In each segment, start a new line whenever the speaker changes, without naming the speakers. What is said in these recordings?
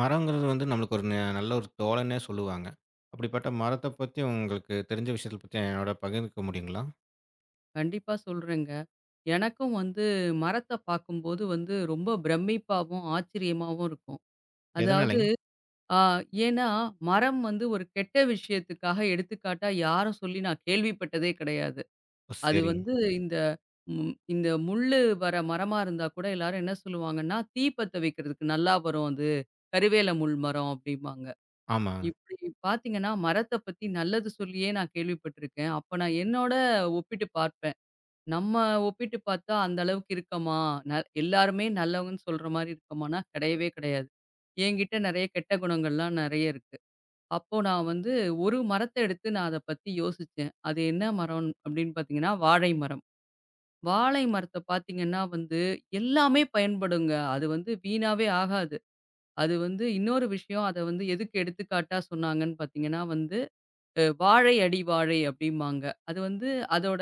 மரங்கிறது வந்து நம்மளுக்கு ஒரு நல்ல ஒரு தோழன்னே சொல்லுவாங்க. அப்படிப்பட்ட மரத்த பத்தி உங்களுக்கு தெரிஞ்ச விஷயத்த பத்தி என்னோட பகிர்ந்துக்க முடியுங்களா?
கண்டிப்பா சொல்றேங்க. எனக்கும் வந்து மரத்த பார்க்கும்போது வந்து ரொம்ப பிரமிப்பாவும், ஆச்சரியமாவும் இருக்கும். அதாவது
எதனாலங்க?
ஆ ஏன்னா மரம் வந்து ஒரு கெட்ட விஷயத்துக்காக எடுத்துக்காட்டா யாரும் சொல்லி நான் கேள்விப்பட்டதே கிடையாது.
ஓ!
அது
சரிங்க.
வந்து இந்த இந்த முள்ளு வர மரமா இருந்தா கூட எல்லாரும் என்ன சொல்லுவாங்கன்னா, "தீ பத்த வைக்கிறதுக்கு நல்லா வரும் அது. கருவேல முள் மரம்" அப்படிம்பாங்க.
ஆமாங்க.
இப்படி பார்த்தீங்கன்னா, மரத்த பத்தி நல்லது சொல்லியே நான் கேள்விப்பட்டிருக்கேன். அப்ப நான் என்னோட ஒப்பிட்டு பார்ப்பேன். நம்ம ஒப்பிட்டு பார்த்தா அந்த அளவுக்கு இருக்கமா? ந எல்லாருமே நல்லவங்கன்னு சொல்ற மாரி இருக்கமான்னா, கிடையவே கிடையாது. என்கிட்ட நெறைய கெட்ட குணங்கள்லாம் நெறைய இருக்கு. அப்போ நான் வந்து ஒரு மரத்த எடுத்து நான் அத பத்தி யோசிச்சேன். அது என்ன மரம் அப்படின்னு பார்த்தீங்கன்னா, வாழை மரம். வாழை மரத்த பார்த்தீங்கன்னா வந்து எல்லாமே பயன்படுங்க. அது வந்து வீணாவே ஆகாது. அது வந்து இன்னொரு விஷயம் அத வந்து எதுக்கு எடுத்துக்காட்டா சொன்னாங்கன்னு பார்த்தீங்கன்னா வந்து வாழை அடி வாழை அப்படிம்பாங்க. அது வந்து அதோட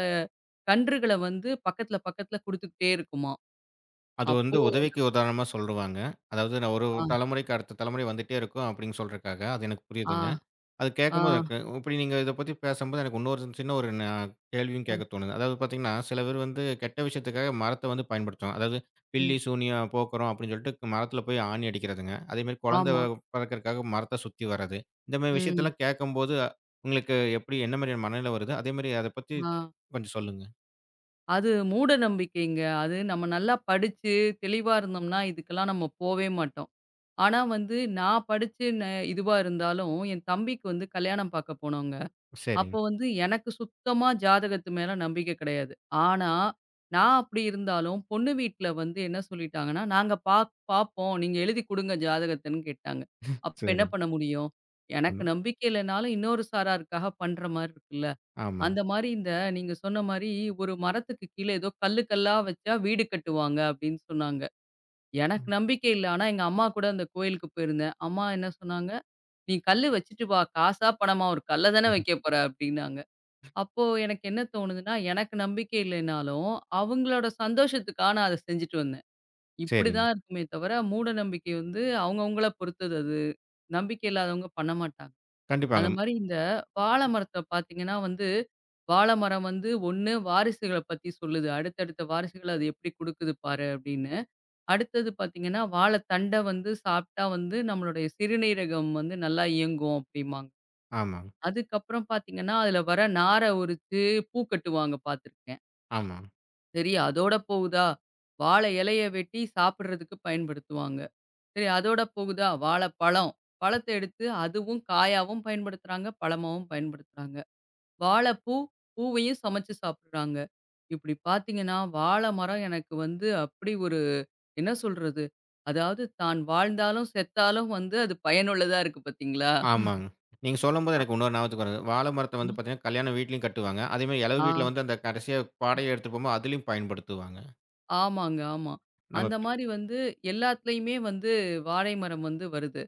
கன்றுகள வந்து பக்கத்துல பக்கத்துல குடுத்துக்கிட்டே இருக்குமாம்.
அது வந்து
அப்போ
உதவிக்கு உதாரணமா சொல்லுவாங்க. அதாவது நான் ஒரு
ஆ
தலைமுறைக்கு அடுத்த தலைமுறை வந்துட்டே இருக்கும் அப்படின்னு சொல்றதுக்காக. அது எனக்கு
ஆ
புரியுதுங்க. அது
ஆ
கேட்கும்போது எனக்கு இப்படி நீங்க இத பத்தி பேசம்போது எனக்கு இன்னொரு சின்ன ஒரு கேள்வியும் கேட்க தோணுது. அதாவது பார்த்தீங்கன்னா, சில பேர் வந்து கெட்ட விஷயத்துக்காக மரத்த வந்து பயன்படுத்துவாங்க. அதாவது "பில்லி,
ம்.
சூனியம் போக்குறோம்" அப்படின்னு சொல்லிட்டு மரத்தில போய் ஆணி அடிக்கிறதுங்க. அதேமாரி குழந்தை
ஆமா.
பிறக்கறக்காக மரத்த சுத்தி வர்றது. இந்த மாரி
ம்.
விஷயத்தெல்லாம் கேட்கும்போது, உங்களுக்கு எப்படி என்ன மாதிரியான மனநிலை வருது? அதேமாரி அத பத்தி
ஆ.
கொஞ்சம் சொல்லுங்க.
அது மூட நம்பிக்கைங்க. அது நம்ம நல்லா படிச்சு தெளிவா இருந்தோம்னா, இதுக்கெல்லாம் நம்ம போவே மாட்டோம். ஆனா வந்து நான் படிச்சு இதுவா இருந்தாலும், என் தம்பிக்கு வந்து கல்யாணம் பார்க்க போனோங்க. அப்போ
சரிங்க,
வந்து எனக்கு சுத்தமா ஜாதகத்து மேல நம்பிக்கை கிடையாது. ஆனா, நான் அப்படி இருந்தாலும் பொண்ணு வீட்ல வந்து என்ன சொல்லிட்டாங்கன்னா, "நாங்க பாப் பாப்போம். நீங்க எழுதி குடுங்க ஜாதகத்தன்னு" கேட்டாங்க. அப்ப என்ன
சரிங்க.
பண்ண முடியும்? எனக்கு
ஒண்ணும்
நம்பிக்கை இல்லனாலும் இன்னொரு சாராருக்காக பண்ற மாரி இருக்குல்ல.
ஆமாங்க.
அந்த மாரி இந்த நீங்க சொன்ன மாரி ஒரு மரத்துக்கு கீழ ஏதோ கல்லு கல்லா வச்சா வீடு கட்டுவாங்க அப்படின்னு சொன்னாங்க. எனக்கு
ம்.
நம்பிக்கை இல்ல. ஆனா எங்க அம்மா கூட அந்த கோயிலுக்கு போயிருந்தேன். அம்மா என்ன சொன்னாங்க, "நீ கல்லு வச்சுட்டு வா. காசா, பணமா ஒரு கல்ல தானே
ம்ஹ்ம்.
வைக்க போற" அப்படின்னாங்க. அப்போ எனக்கு என்ன தோணுதுன்னா, எனக்கு நம்பிக்கை இல்லைனாலும், அவங்களோட சந்தோஷத்துக்கா நான் அத செஞ்சுட்டு வந்தேன்.
சரிங்க.
இப்படிதான் இருக்குமே தவிர, மூட நம்பிக்கை வந்து அவங்கவங்கள பொறுத்தது அது. நம்பிக்கை இல்லாதவங்க பண்ண மாட்டாங்க. அந்த
கண்டிப்பாங்க.
மாரி இந்த வாழ மரத்த பார்த்தீங்கன்னா வந்து, வாழ மரம் வந்து ஒண்ணு வாரிசுகள பத்தி சொல்லுது. அடுத்தடுத்த வாரிசுகள அது எப்படி குடுக்குது பாரு அப்படின்னு. அடுத்தது பார்த்தீங்கன்னா, வாழைத்தண்ட வந்து சாப்பிட்டா வந்து நம்மளுடைய சிறுநீரகம் வந்து நல்லா இயங்கும் அப்படிம்பாங்க.
ஆமாங்க,
அதுக்கப்புறம் பார்த்தீங்கன்னா, அதில வர நார உரிச்சு பூ கட்டுவாங்க பார்த்துருக்கேன்.
ஆமா.
சரி அதோட போகுதா, வாழை இலைய வெட்டி சாப்பிடுறதுக்கு பயன்படுத்துவாங்க. சரி அதோட போகுதா, வாழைப்பழம். பழத்த எடுத்து அதுவும் காயாவும் பயன்படுத்துறாங்க, பழமாவும் பயன்படுத்துறாங்க. வாழைப்பூ, பூவையும் சமைச்சு சாப்பிடுறாங்க. இப்படி பார்த்தீங்கன்னா, வாழை மரம் எனக்கு வந்து அப்படி ஒரு என்ன சொல்றது? அதாவது தான் வாழ்ந்தாலும், செத்தாலும் வந்து அது பயனுள்ளதா இருக்கு பார்த்தீங்களா?
ஆமாங்க. நீங்க சொல்லும்போது எனக்கு இன்னொரு ஞாபகத்துக்கு வருது. வாழ மரத்த வந்து
ம்.
பார்த்தீங்கன்னா, கல்யாண வீட்லயும் கட்டுவாங்க. அதேமாரி எலவு
ஆ.
வீட்ல வந்து அந்த கடைசியா பாடைய எடுத்துட்டு போம்போது, அதிலயும் பயன்படுத்துவாங்க.
ஆமாங்க, ஆமா. அந்த
நமக்கு
மாரி வந்து எல்லாத்துலயுமே வந்து வாழை மரம் வந்து வருது.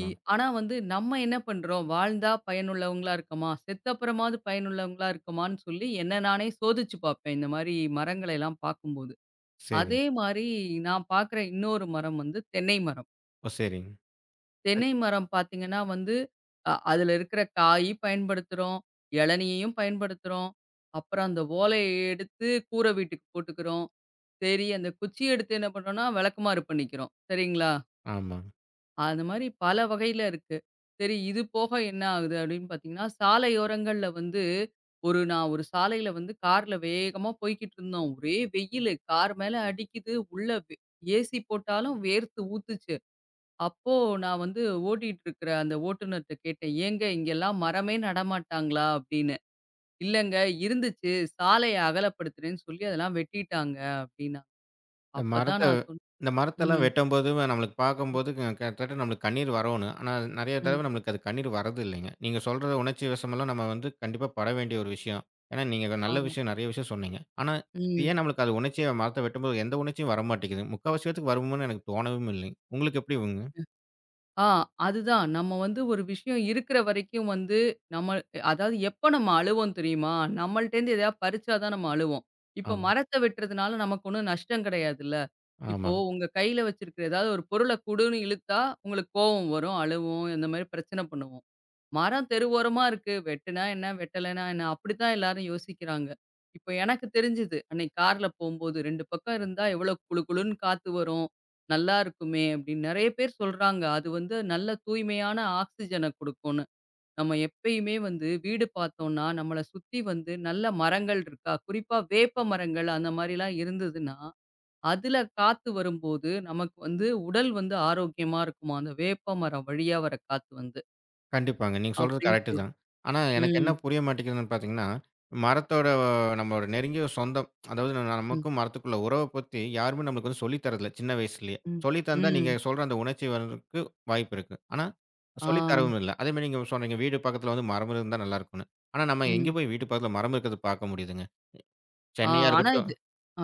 இ ஆனா வந்து நம்ம என்ன பண்றோம்? வாழ்ந்தா பயனுள்ளவங்களா இருக்கமா? செத்தப்புறமாவது பயனுள்ளவங்களா இருக்கமான்னு சொல்லி என்ன நானே சோதிச்சு பார்ப்பேன். இந்த மாரி மரங்களை எல்லாம் பார்க்கும்போது.
சரிங்க.
அதே மாரி நான் பார்க்குற இன்னொரு மரம் வந்து தென்னை மரம்.
ஓ! சரிங்க. அத்
தென்னை மரம் பார்த்தீங்கன்னா வந்து, அதுல இருக்கிற காய் பயன்படுத்துறோம், இளநியையும் பயன்படுத்துறோம். அப்புறம் அந்த ஓலைய எடுத்து கூரை வீட்டுக்கு போட்டுக்கிறோம். சரி, அந்த குச்சிய எடுத்து என்ன பண்றோம்னா, விளக்குமாறு பண்ணிக்கிறோம். சரிங்களா?
ஆமா.
அந்த மாரி பல வகையில இருக்கு. சரி இது போக என்ன ஆகுது அப்படின்னு பார்த்தீங்கன்னா, சாலையோரங்கள்ல வந்து ஒரு நான் ஒரு சாலையில வந்து கார்ல வேகமா போய்க்கிட்டுருந்தோம். ஒரே வெயிலு கார் மேல அடிக்குது. உள்ள ஏசி போட்டாலும் வேர்த்து ஊத்துச்சு. அப்போ நான் வந்து ஓட்டிட்டு இருக்கிற அந்த ஓட்டுநர்ட்ட கேட்டேன். "ஏங்க இங்கெல்லாம் மரமே நடமாட்டாங்களா?" அப்படின்னு. "இல்லங்க இருந்துச்சு. சாலைய அகலப்படுத்துறேன்னு சொல்லி அதெல்லாம் வெட்டிட்டாங்க" அப்படின்னாங்க.
இந்த
அப்பதான்
மரத்த
நான்
இந்த மரத்தெல்லாம்
ம்.
வெட்டும்போது நம்மளுக்கு
ம்,
பார்க்கும்போது கிட்டத்தட்ட நம்மளுக்கு கண்ணீர் வரணும். ஆனா, நெறைய
ம்.
தடவ நம்மளுக்கு அது கண்ணீர் வரதில்லைங்க. நீங்க சொல்ற உணர்ச்சி வசமெல்லாம் நம்ம வந்து கண்டிப்பா பட வேண்டிய ஒரு விஷயம். ஏன்னா, நீங்க நல்ல
ஆமா.
விஷயம் நெறைய விஷயம் சொன்னீங்க. ஆனா, இது
ம்.
ஏன் நம்மளுக்கு அது உணர்ச்சியா மரத்த வெட்டும்போது எந்த உணர்ச்சியும் வரமாட்டேங்குது. முக்காவாசி பேத்துக்கு வருமோன்னு எனக்கு தோணவும் இல்லைங்க. உங்களுக்கு எப்படிங்க?
ஆ அதுதான். நம்ம வந்து ஒரு விஷயம் இருக்கிற வரைக்கும் வந்து நம்ம அதாவது எப்ப நம்ம அழுவோம் தெரியுமா? நம்மள்ட்டேருந்து எதையா பறிச்சா தான் நம்ம அழுவோம். இப்ப
ஆமா,
மரத்த வெட்டுறதுனால நமக்கு ஒண்ணும் நஷ்டம் கிடையாதுல்ல. இப்போ
ஆமாங்க.
உங்க கையில வச்சிருக்கிற ஏதாவது ஒரு பொருள குடுன்னு இழுத்தா உங்களுக்கு கோவம் வரும், அழுவோம், இந்த மாரி பிரச்சனை பண்ணுவோம். மரம் தெருவோரமா இருக்கு. வெட்டுனா என்ன? வெட்டலைன்னா என்ன? அப்படித்தான் எல்லாரும் யோசிக்கிறாங்க. இப்ப எனக்கு தெரிஞ்சுது. அன்னைக்கு கார்ல போம்போது 2 பக்கம் இருந்தா எவ்வளோ குளு குளுன்னு காத்து வரும். நல்லா இருக்குமே அப்படின்னு நெறைய பேர் சொல்றாங்க. அது வந்து நல்ல தூய்மையான ஆக்ஸிஜன குடுக்கும்னு. நம்ம எப்பயுமே வந்து வீடு பார்த்தோம்னா, நம்மள சுத்தி வந்து நல்ல மரங்கள் இருக்கா? குறிப்பா வேப்ப மரங்கள் அந்த மாரிலாம் இருந்ததுன்னா, அதுல காத்து வரும்போது நமக்கு வந்து உடல் வந்து ஆரோக்கியமா இருக்குமாம். அந்த வேப்ப மரம் வழியா வர காத்து வந்து
கண்டிப்பாங்க. நீங்க சொல்றது
அப்படின்னு
கரெக்ட்டு தான். ஆனா, எனக்கு என்ன
ம்.
புரிய மாட்டேங்குதுன்னு பார்த்தீங்கன்னா, மரத்தோட நம்மளோட நெருங்கிய சொந்தம். அதாவது நம்ம-
ம்.
நமக்கும் மரத்துக்குள்ள உறவ பத்தி யாருமே நம்மளுக்கு வந்து சொல்லி தர்றதில்ல, சின்ன வயசுலயே.
ம்.
சொல்லி தந்தா நீங்க
ம்.
சொல்ற அந்த உணர்ச்சி வர்றதுக்கு வாய்ப்பு இருக்கு. ஆனா,
ஆ.
சொல்லி தரவும் இல்ல. அதே மாரி நீங்க சொன்னீங்க, வீடு பக்கத்துல வந்து மரம் இருந்தா நல்லாருக்கும்னு. ஆனா, நம்ம எங்க
ம்.
போய் வீட்டு பக்கத்துல மரம் இருக்கிறத பார்க்க முடியுதுங்க?
ஆ
சென்னையா
ஆனா
இருக்கட்டும்
இது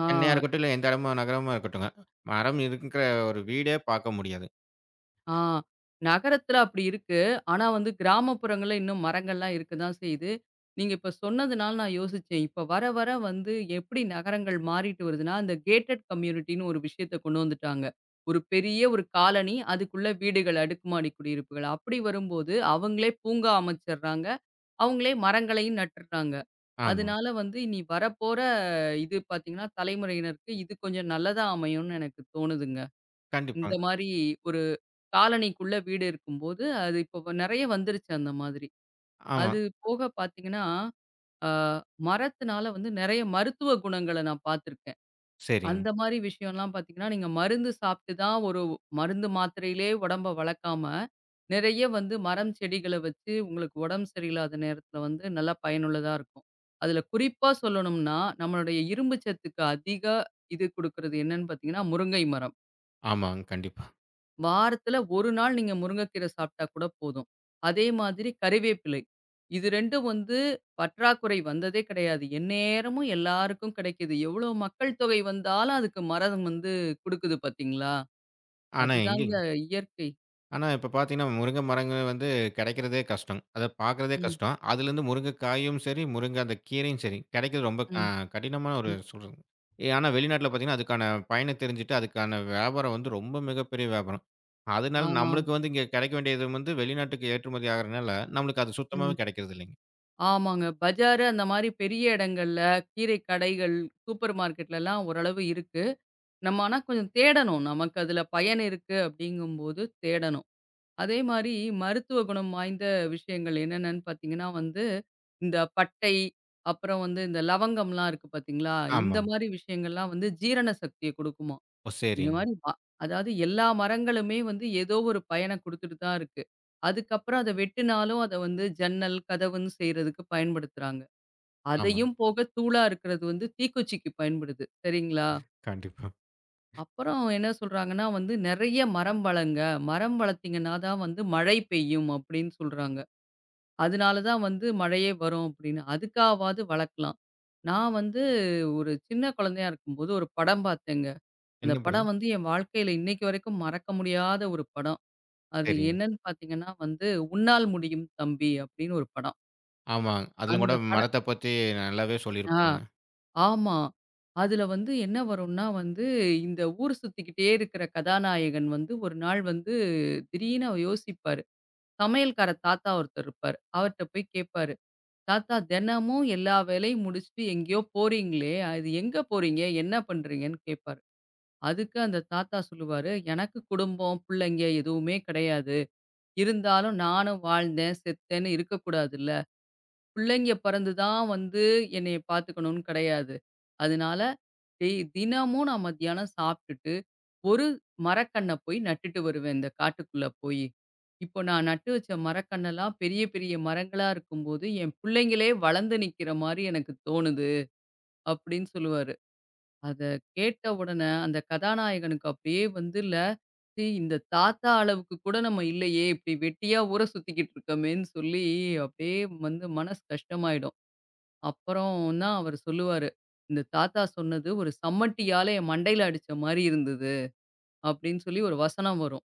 ஆ,
சென்னையா இருக்கட்டும், இல்ல எந்த இடமா நகரமா இருக்கட்டுங்க. மரம் இருக்கிற ஒரு வீடே பார்க்க முடியாது.
ஆ. நகரத்துல அப்படி இருக்கு. ஆனா வந்து கிராமப்புறங்கள்ல இன்னும் மரங்கள்லாம் இருக்க தான் செய்யுது. நீங்க இப்ப சொன்னதுனால நான் யோசிச்சேன். இப்ப வர வர வந்து எப்படி நகரங்கள் மாறிட்டு வருதுன்னா, அந்த கேட்டட் கம்யூனிட்டின்னு ஒரு விஷயத்த கொண்டு வந்துட்டாங்க. ஒரு பெரிய ஒரு காலனி, அதுக்குள்ள வீடுகள், அடுக்குமாடி குடியிருப்புகள். அப்படி வரும்போது அவங்களே பூங்கா அமைச்சர்றாங்க. அவங்களே மரங்களையும் நட்டுடுறாங்க.
ஆமா.
அதனால வந்து இனி வரப்போற இது பார்த்தீங்கன்னா, தலைமுறையினருக்கு இது கொஞ்சம் நல்லதா அமையும்னு எனக்கு தோணுதுங்க.
கண்டிப்பா.
இந்த மாரி ஒரு காலனிக்குள்ள வீடு இருக்கும்போது, அது இப்போ நெறைய வந்துருச்சு அந்த மாதிரி.
ஆமா.
அது போக பார்த்தீங்கன்னா, அ மரத்துனால வந்து நெறைய மருத்துவ குணங்கள நான் பார்த்துருக்கேன்.
சரிங்க.
அந்த மாரி விஷயம்லாம் பார்த்தீங்கன்னா, நீங்க மருந்து சாப்பிட்டு தான் ஒரு மருந்து மாத்திரையிலே உடம்ப வளர்க்காம, நெறைய வந்து மரம், செடிகள வச்சு உங்களுக்கு உடம்பு சரியில்லாத நேரத்துல வந்து நல்லா பயனுள்ளதா இருக்கும். அதுல குறிப்பா சொல்லணும்னா, நம்மளுடைய இரும்பு சத்துக்கு அதிக இது குடுக்குறது என்னன்னு பார்த்தீங்கன்னா, முருங்கை மரம்.
ஆமாங்க. கண்டிப்பா.
வாரத்துல 1 நாள் நீங்க முருங்கைக்கீரை சாப்பிட்டா கூட போதும். அதே மாதிரி கறிவேப்பிலை. இது 2ம் வந்து பற்றாக்குறை வந்ததே கிடையாது. எந்நேரமும் எல்லாருக்கும் கிடைக்குது. எவ்வளோ மக்கள் தொகை வந்தாலும் அதுக்கு மரம் வந்து குடுக்குது பார்த்தீங்களா?
ஆனா,
அதுதாங்க
எங்கேங்க?
இயற்கை.
ஆனா, இப்ப பார்த்தீங்கன்னா, முருங்கை மரங்கள் வந்து கிடைக்கிறதே கஷ்டம். அத பார்க்கிறதே
ம்,
கஷ்டம். அதுலேருந்து முருங்கை காயும் சரி, முருங்கை அந்த கீரையும் சரி, கிடைக்கிறது ரொம்ப
ம்,
கடினமான ஒரு
ம்.
சூழல். ஆனா, வெளிநாட்ல பார்த்தீங்கன்னா, அதுக்கான பயனை தெரிஞ்சுட்டு, அதுக்கான வியாபாரம் வந்து ரொம்ப மிகப்பெரிய வியாபாரம்.
ஆ,
அதனால நம்மளுக்கு வந்து இங்க கிடைக்க வேண்டியது வந்து வெளிநாட்டுக்கு ஏற்றுமதி ஆகுறனால, நம்மளுக்கு அது சுத்தமாவே
ம்.
கிடைக்கிறது இல்லைங்க.
ஆமாங்க. பஜாரு அந்த மாரி பெரிய இடங்கள்ல கீரை கடைகள், சூப்பர் மார்க்கெட்லலாம் ஓரளவு இருக்கு. நம்ம ஆனா கொஞ்சம் தேடணும். நமக்கு அதுல பயன் இருக்கு அப்படிங்கும்போது தேடணும். அதே மாரி மருத்துவ குணம் வாய்ந்த விஷயங்கள் என்னென்னன்னு பார்த்தீங்கன்னா வந்து, இந்த பட்டை, அப்புறம் வந்து இந்த லவங்கம்லாம் இருக்கு பார்த்தீங்களா? இந்த
ஆமா.
மாரி விஷயங்கள்லாம் வந்து ஜீரண சக்திய குடுக்குமாம்.
ஓ!
இந்த
சரிங்க.
மாரி அதாவது எல்லா மரங்களுமே வந்து ஏதோ ஒரு பயன குடுத்துட்டு தான் இருக்கு. அதுக்கப்புறம் அத வெட்டினாலும் அத வந்து ஜன்னல், கதவுன்னு செய்றதுக்கு பயன்படுத்துறாங்க.
ஆமாங்க.
அதையும் போக தூளா இருக்கிறது வந்து தீக்குச்சிக்கு பயன்படுது. சரிங்களா?
கண்டிப்பா.
அப்புறம் என்ன சொல்றாங்கன்னா வந்து, "நெறைய மரம் வளங்க. மரம் வளர்த்தீங்கன்னா தான் வந்து மழை பெய்யும்." அப்படின்னு சொல்றாங்க. "அதனால தான் வந்து மழையே வரும்." அப்படின்னு. அதுக்காவாது வளர்க்கலாம். நான் வந்து ஒரு சின்ன குழந்தையா இருக்கும்போது ஒரு படம் பார்த்தேங்க. அந்த
என்ன படங்க?
படம் வந்து என் வாழ்க்கையில இன்னைக்கு வரைக்கும் மறக்க முடியாத ஒரு படம். அது
சரிங்க.
என்னன்னு பார்த்தீங்கன்னா வந்து, "உன்னால் முடியும் தம்பி" அப்படின்னு ஒரு படம்.
ஆமாங்க. அதில
அந்த
கூட
பட
மரத்த பத்தி நல்லாவே
ஆ.
சொல்லியிருப்பாங்க.
ஆமா. அதுல வந்து என்ன வரும்னா வந்து, இந்த ஊர் சுத்திக்கிட்டே இருக்கிற கதாநாயகன் வந்து ஒரு நாள் வந்து திடீர்னு அவர் யோசிப்பாரு. சமையல்கார தாத்தா ஒருத்தர் இருப்பாரு. அவர்ட்ட போய் கேட்பாரு. "தாத்தா தினமும் எல்லா வேலையும் முடிச்சுட்டு எங்கேயோ போறீங்களே, அது எங்க போறீங்க? என்ன பண்றீங்கன்னு?" கேட்பாரு. அதுக்கு அந்த தாத்தா சொல்லுவாரு, "எனக்கு குடும்பம், பிள்ளைங்க எதுவுமே கிடையாது. இருந்தாலும் நானும் வாழ்ந்தேன், செத்தேன்னு இருக்கக்கூடாதுல்ல. பிள்ளைங்க பிறந்து தான் வந்து என்னைய பார்த்துக்கணும்னு கிடையாது. அதனால டே தினமும் நான் மத்தியானம் சாப்பிட்டுட்டு, ஒரு மரக்கண்ண போய் நட்டுட்டு வருவேன், இந்த காட்டுக்குள்ள போயி. இப்போ நான் நட்டு வச்ச மரக்கண்ணெல்லாம் பெரிய பெரிய மரங்களா இருக்கும்போது, என் பிள்ளைங்களே வளர்ந்து நிக்கிற மாரி எனக்கு தோணுது, அப்படின்னு சொல்லுவாரு. அத கேட்ட உடனே அந்த கதாநாயகனுக்கு அப்படியே வந்துல, சீ இந்த தாத்தா அளவுக்கு கூட நம்ம இல்லையே, இப்படி வெட்டியா ஊர சுத்திக்கிட்டு இருக்கமேன்னு சொல்லி, அப்படியே வந்து மனசு கஷ்டமாயிடும். அப்புறம் தான் அவரு சொல்லுவாரு. "இந்த தாத்தா சொன்னது ஒரு சம்மட்டியால என் மண்டையில அடிச்ச மாரி இருந்தது." அப்படின்னு சொல்லி ஒரு வசனம் வரும்.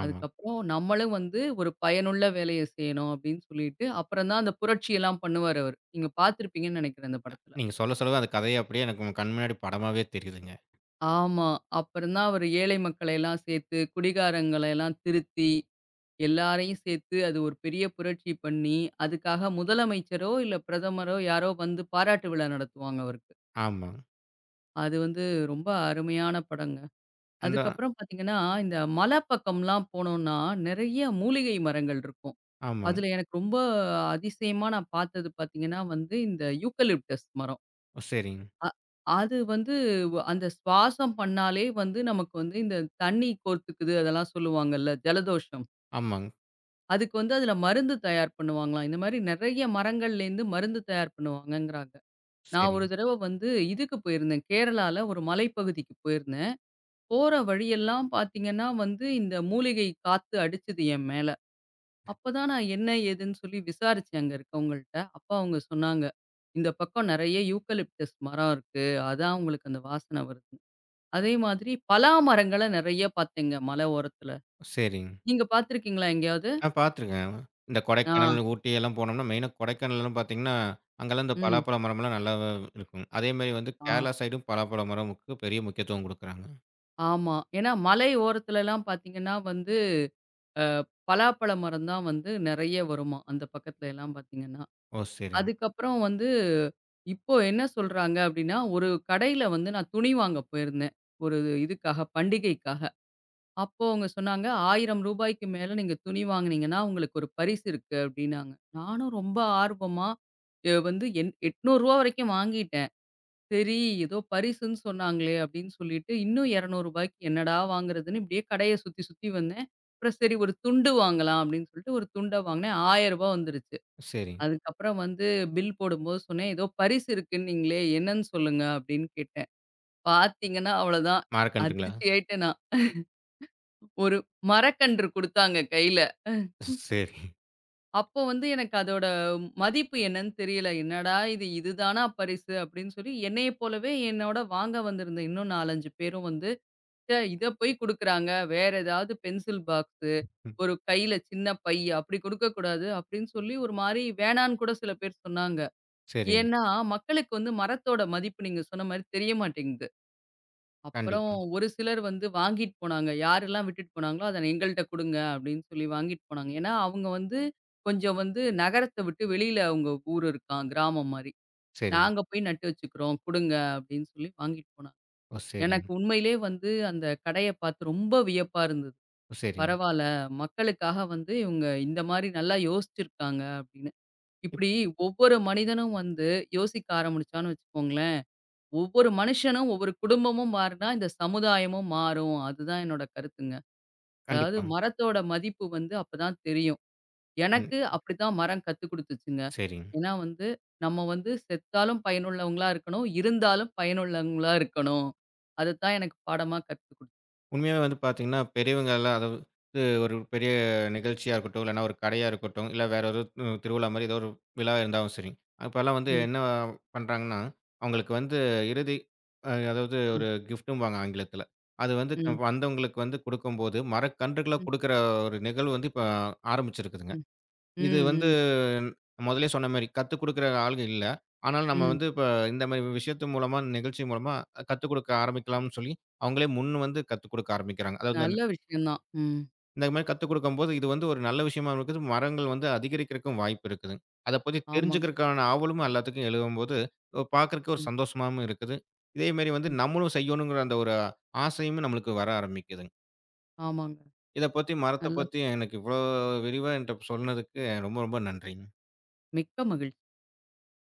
ஆமா.
அதுக்கப்புறம் நம்மளும் வந்து ஒரு பயனுள்ள வேலைய செய்யணும் அப்படின்னு சொல்லிட்டு, அப்புறம் தான் அந்த புரட்சியெல்லாம் பண்ணுவாரு அவரு. நீங்க பார்த்திருப்பீங்கன்னு நெனைக்கிறேன் அந்த
ந
படத்துல.
நீங்க சொல்ல சொல்லதான் அந்த கதையே அப்படியே எனக்கு உங்க கண் முன்னாடி படமாவே தெரியுதுங்க.
ஆமா. அப்புறம் தான் அவரு ஏழை மக்களையெல்லாம் சேர்த்து, குடிகாரங்களெல்லாம் திருத்தி, எல்லாரையும் சேர்த்து அது ஒரு பெரிய புரட்சி பண்ணி, அதுக்காக முதலமைச்சரோ, இல்ல பிரதமரோ யாரோ வந்து பாராட்டு விழா நடத்துவாங்க அவருக்கு.
ஆமாங்க.
அது வந்து ரொம்ப அருமையான படங்க.
அந்த
அதுக்கப்புறம் பார்த்தீங்கன்னா, இந்த மலை பக்கம்லாம் போனோம்னா, நெறைய மூலிகை மரங்கள் இருக்கும்.
ஆமாங்க.
அதுல எனக்கு ரொம்ப அதிசயமா நான் பார்த்தது பார்த்தீங்கன்னா வந்து, இந்த யூக்கலிப்டஸ் மரம்.
ஓ, சரிங்க.
அ அது வந்து அந்த சுவாசம் பண்ணாலே வந்து நமக்கு வந்து இந்த தண்ணி கோர்த்துக்குது அதெல்லாம் சொல்லுவாங்கல்ல, ஜலதோஷம்.
ஆமாங்க.
அதுக்கு வந்து அதுல மருந்து தயார் பண்ணுவாங்களாம். இந்த மாரி நெறைய மரங்கள்லேருந்து மருந்து தயார் பண்ணுவாங்கங்கிறாங்க. நான் ஒரு
சரிங்க,
தடவ வந்து இதுக்கு போயிருந்தேன். கேரளால ஒரு மலைப்பகுதிக்கு போயிருந்தேன். போற வழியெல்லாம் பார்த்தீங்கன்னா வந்து, இந்த மூலிகை காத்து அடிச்சது என் மேல. அப்பதான் நான் என்ன ஏதுன்னு சொல்லி விசாரிச்சேன் அங்க இருக்கவங்கள்ட்ட. அப்ப அவங்க சொன்னாங்க, "இந்த பக்கம் நெறைய யூக்கலிப்டஸ் மரம் இருக்கு. அதான் உங்களுக்கு அந்த வாசனை வருது." அதே மாதிரி பலா மரங்கள நெறைய பார்த்தேங்க மலை ஓரத்துல.
சரிங்க.
நீங்க பார்த்துருக்கீங்களா எங்கேயாவது?
ஆ பார்த்துருக்கேன். இந்த
ஆ.
கொடைக்கானல், ஊட்டி எல்லாம் போனோம்னா, மெயினா கொடைக்கானல்லாம் பார்த்தீங்கன்னா, அங்கெல்லாம் இந்த
ம்.
பலாப்பழ மரம்லாம் நல்லா இருக்கும். அதேமாரி வந்து
ஆ.
கேரளா சைடும் பலாப்பழ மரமுக்கு பெரிய முக்கியத்துவம் குடுக்குறாங்க.
ஆமா. ஏன்னா மலை ஓரத்துலலாம் பார்த்தீங்கன்னா வந்து, அ பலாப்பழ மரம் தான் வந்து நெறைய வருமாம். அந்த பக்கத்துல எல்லாம் பார்த்தீங்கன்னா.
ஓ! சரிங்க,
அதுக்கப்புறம் வந்து, இப்போ என்ன சொல்றாங்க அப்டின்னா, ஒரு கடையில வந்து நான் துணி வாங்க போயிருந்தேன். ஒரு இதுக்காக, பண்டிகைக்காக. அப்போ அவங்க சொன்னாங்க, "ரூ. 1000க்கு மேல நீங்க துணி வாங்குனீங்கன்னா, உங்களுக்கு ஒரு பரிசு இருக்கு" அப்டின்னாங்க. நானும் ரொம்ப ஆர்வமா, வந்து என் ரூ. 800 வரைக்கும் வாங்கிட்டேன். சரி, ஏதோ பரிசுன்னு சொன்னாங்களே அப்டின்னு சொல்லிட்டு, இன்னும் ரூ. 200க்கு என்னடா வாங்குறதுன்னு இப்டியே கடைய சுத்தி, சுத்தி வந்தேன். அப்புறம் சரி ஒரு துண்டு வாங்கலாம் அப்டின்னு சொல்லிட்டு, ஒரு துண்ட வாங்குனேன். ரூ. 1000 வந்துருச்சு.
சரிங்க.
அதுக்கப்புறம் வந்து பில் போடும்போது சொன்னேன். "ஏதோ பரிசு இருக்குன்னீங்களே, என்னன்னு சொல்லுங்க?" அப்படின்னு கேட்டேன். பார்த்தீங்கன்னா அவ்வளோதான்.
மரக்கன்றுங்களா?
அதிர்ச்சி ஆயிட்டேன் நான். ஒரு மரக்கன்று குடுத்தாங்க கையில.
சரி.
அப்போ வந்து எனக்கு அதோட மதிப்பு என்னன்னு தெரியல. "என்னடா இது, இதுதானா பரிசு?" அப்படின்னு சொல்லி என்னைய போலவே என்னோட வாங்க வந்திருந்த இன்னும் 4, 5 பேரும் வந்து, "ச்சே இத போய் குடுக்குறாங்க. வேற ஏதாவது பென்சில் பாக்ஸு,
ம்.
ஒரு கையில சின்ன பை அப்படி குடுக்கக்கூடாது." அப்படின்னு சொல்லி ஒரு மாரி வேணான்னு கூட சில பேர் சொன்னாங்க.
சரிங்க.
ஏன்னா, மக்களுக்கு வந்து மரத்தோட மதிப்பு நீங்க சொன்ன மாரி தெரிய மாட்டேங்குது. அப்புறம்
கண்டிப்பா.
ஒரு சிலர் வந்து வாங்கிட்டு போனாங்க. யாரெல்லாம் விட்டுட்டு போனாங்களோ, அத எங்கள்ட்ட குடுங்க அப்படின்னு சொல்லி வாங்கிட்டு போனாங்க. ஏன்னா, அவங்க வந்து கொஞ்சம் வந்து நகரத்த விட்டு வெளியில அவங்க ஊர் இருக்காம், கிராமம் மாரி.
சரிங்க.
நாங்க போய் நட்டு வச்சுக்கிறோம், குடுங்க அப்படின்னு சொல்லி வாங்கிட்டு போனாங்க.
ஓ! சரிங்க,
எனக்கு உண்மையிலேயே வந்து அந்த கடைய பார்த்து ரொம்ப வியப்பா இருந்தது.
ஓ! சரிங்க.
பரவால்ல, மக்களுக்காக வந்து இவங்க இந்த மாரி நல்லா யோசிச்சிருக்காங்க அப்படின்னு.
இப்
இப்படி ஒவ்வொரு மனிதனும் வந்து யோசிக்க ஆரம்பிச்சான்னு வச்சுக்கோங்களேன் ஒவ்வொரு மனுஷனும், ஒவ்வொரு குடும்பமும் மாறுனா, இந்த சமுதாயமும் மாறும். அதுதான் என்னோட கருத்துங்க. அதாவது
கண்டிப்பாங்க.
மரத்தோட மதிப்பு வந்து அப்பதான் தெரியும்.
கண்
எனக்கு அப்படித்தான் மரம் கத்துக் குடுத்துச்சுங்க.
சரிங்க.
ஏன்னா வந்து, நம்ம வந்து செத்தாலும் பயனுள்ளவங்களா இருக்கணும், இருந்தாலும் பயனுள்ளவங்களா இருக்கணும். அதுதான் எனக்கு பாடமா கத்துக் குடுத்து
உண்மையாவே வந்து பார்த்தீங்கன்னா, பெரியவங்க எல்லாம் அதாவது ஒரு பெரிய நிகழ்ச்சியா இருக்கட்டும், இல்லன்னா ஒரு கடையா இருக்கட்டும், இல்ல வேற ஒரு திருவிழா மாரி ஏதோ ஒரு விழா இருந்தாலும் சரி. அப்பலாம் வந்து
ம்,
என்ன பண்றாங்கன்னா, அவங்களுக்கு வந்து இறுதி அதாவது
ம்,
ஒரு கிஃப்ட்டும்பாங்க ஆங்கிலத்தில. அது வந்து
ம்,
வந்தவங்களுக்கு வந்து குடுக்கும்போது, மரக்கன்றுகள
ம்,
குடுக்குற ஒரு நிகழ்வு வந்து இப்ப ஆரம்பிச்சிருக்குதுங்க.
ம், ம்,
இது வந்து
ம்,
முதல்லயே சொன்ன மாரி, கத்துக் குடுக்குற ஆளுங்க இல்ல. ஆனாலும் நம்ம
ம்.
வந்து இப்ப இந்த மாரி விஷயத்து மூலமா, நிகழ்ச்சி மூலமா கத்துக் குடுக்க ஆரம்பிக்கலாம்னு சொல்லி, அவங்களே முன் வந்து கத்துக் குடுக்க ஆரம்பிக்கிறாங்க. அதாவது
நல்ல
இந்த
விஷயம் தான். ம்.
இந்த மாரி கத்துக் குடுக்கும்போது, இது வந்து ஒரு நல்ல விஷயமா இருக்குது. மரங்கள் வந்து அதிகரிக்கிறக்கும் வாய்ப்பு இருக்குது. அத பத்தி
ஆமாங்க.
தெரிஞ்சுக்கிறக்கான ஆவலும் எல்லாத்துக்கும் எழும்போது, பார்க்கறக்கு ஒரு
ம்,
சந்தோஷமாவும் இருக்குது. இதே மாரி வந்து
ம்.
நம்மளும் செய்யணுங்கிற அந்த ஒரு ஆசையும் நம்மளுக்கு வர ஆரம்பிக்குதுங்க.
ஆமாங்க.
இத பத்தி மரத்த
நல்லா
பத்தி எனக்கு இவ்வளோ விரிவா என்ட்ட சொன்னதுக்கு ரொம்ப ரொம்ப நன்றிங்க.
மிக்க மகிழ்ச்சி.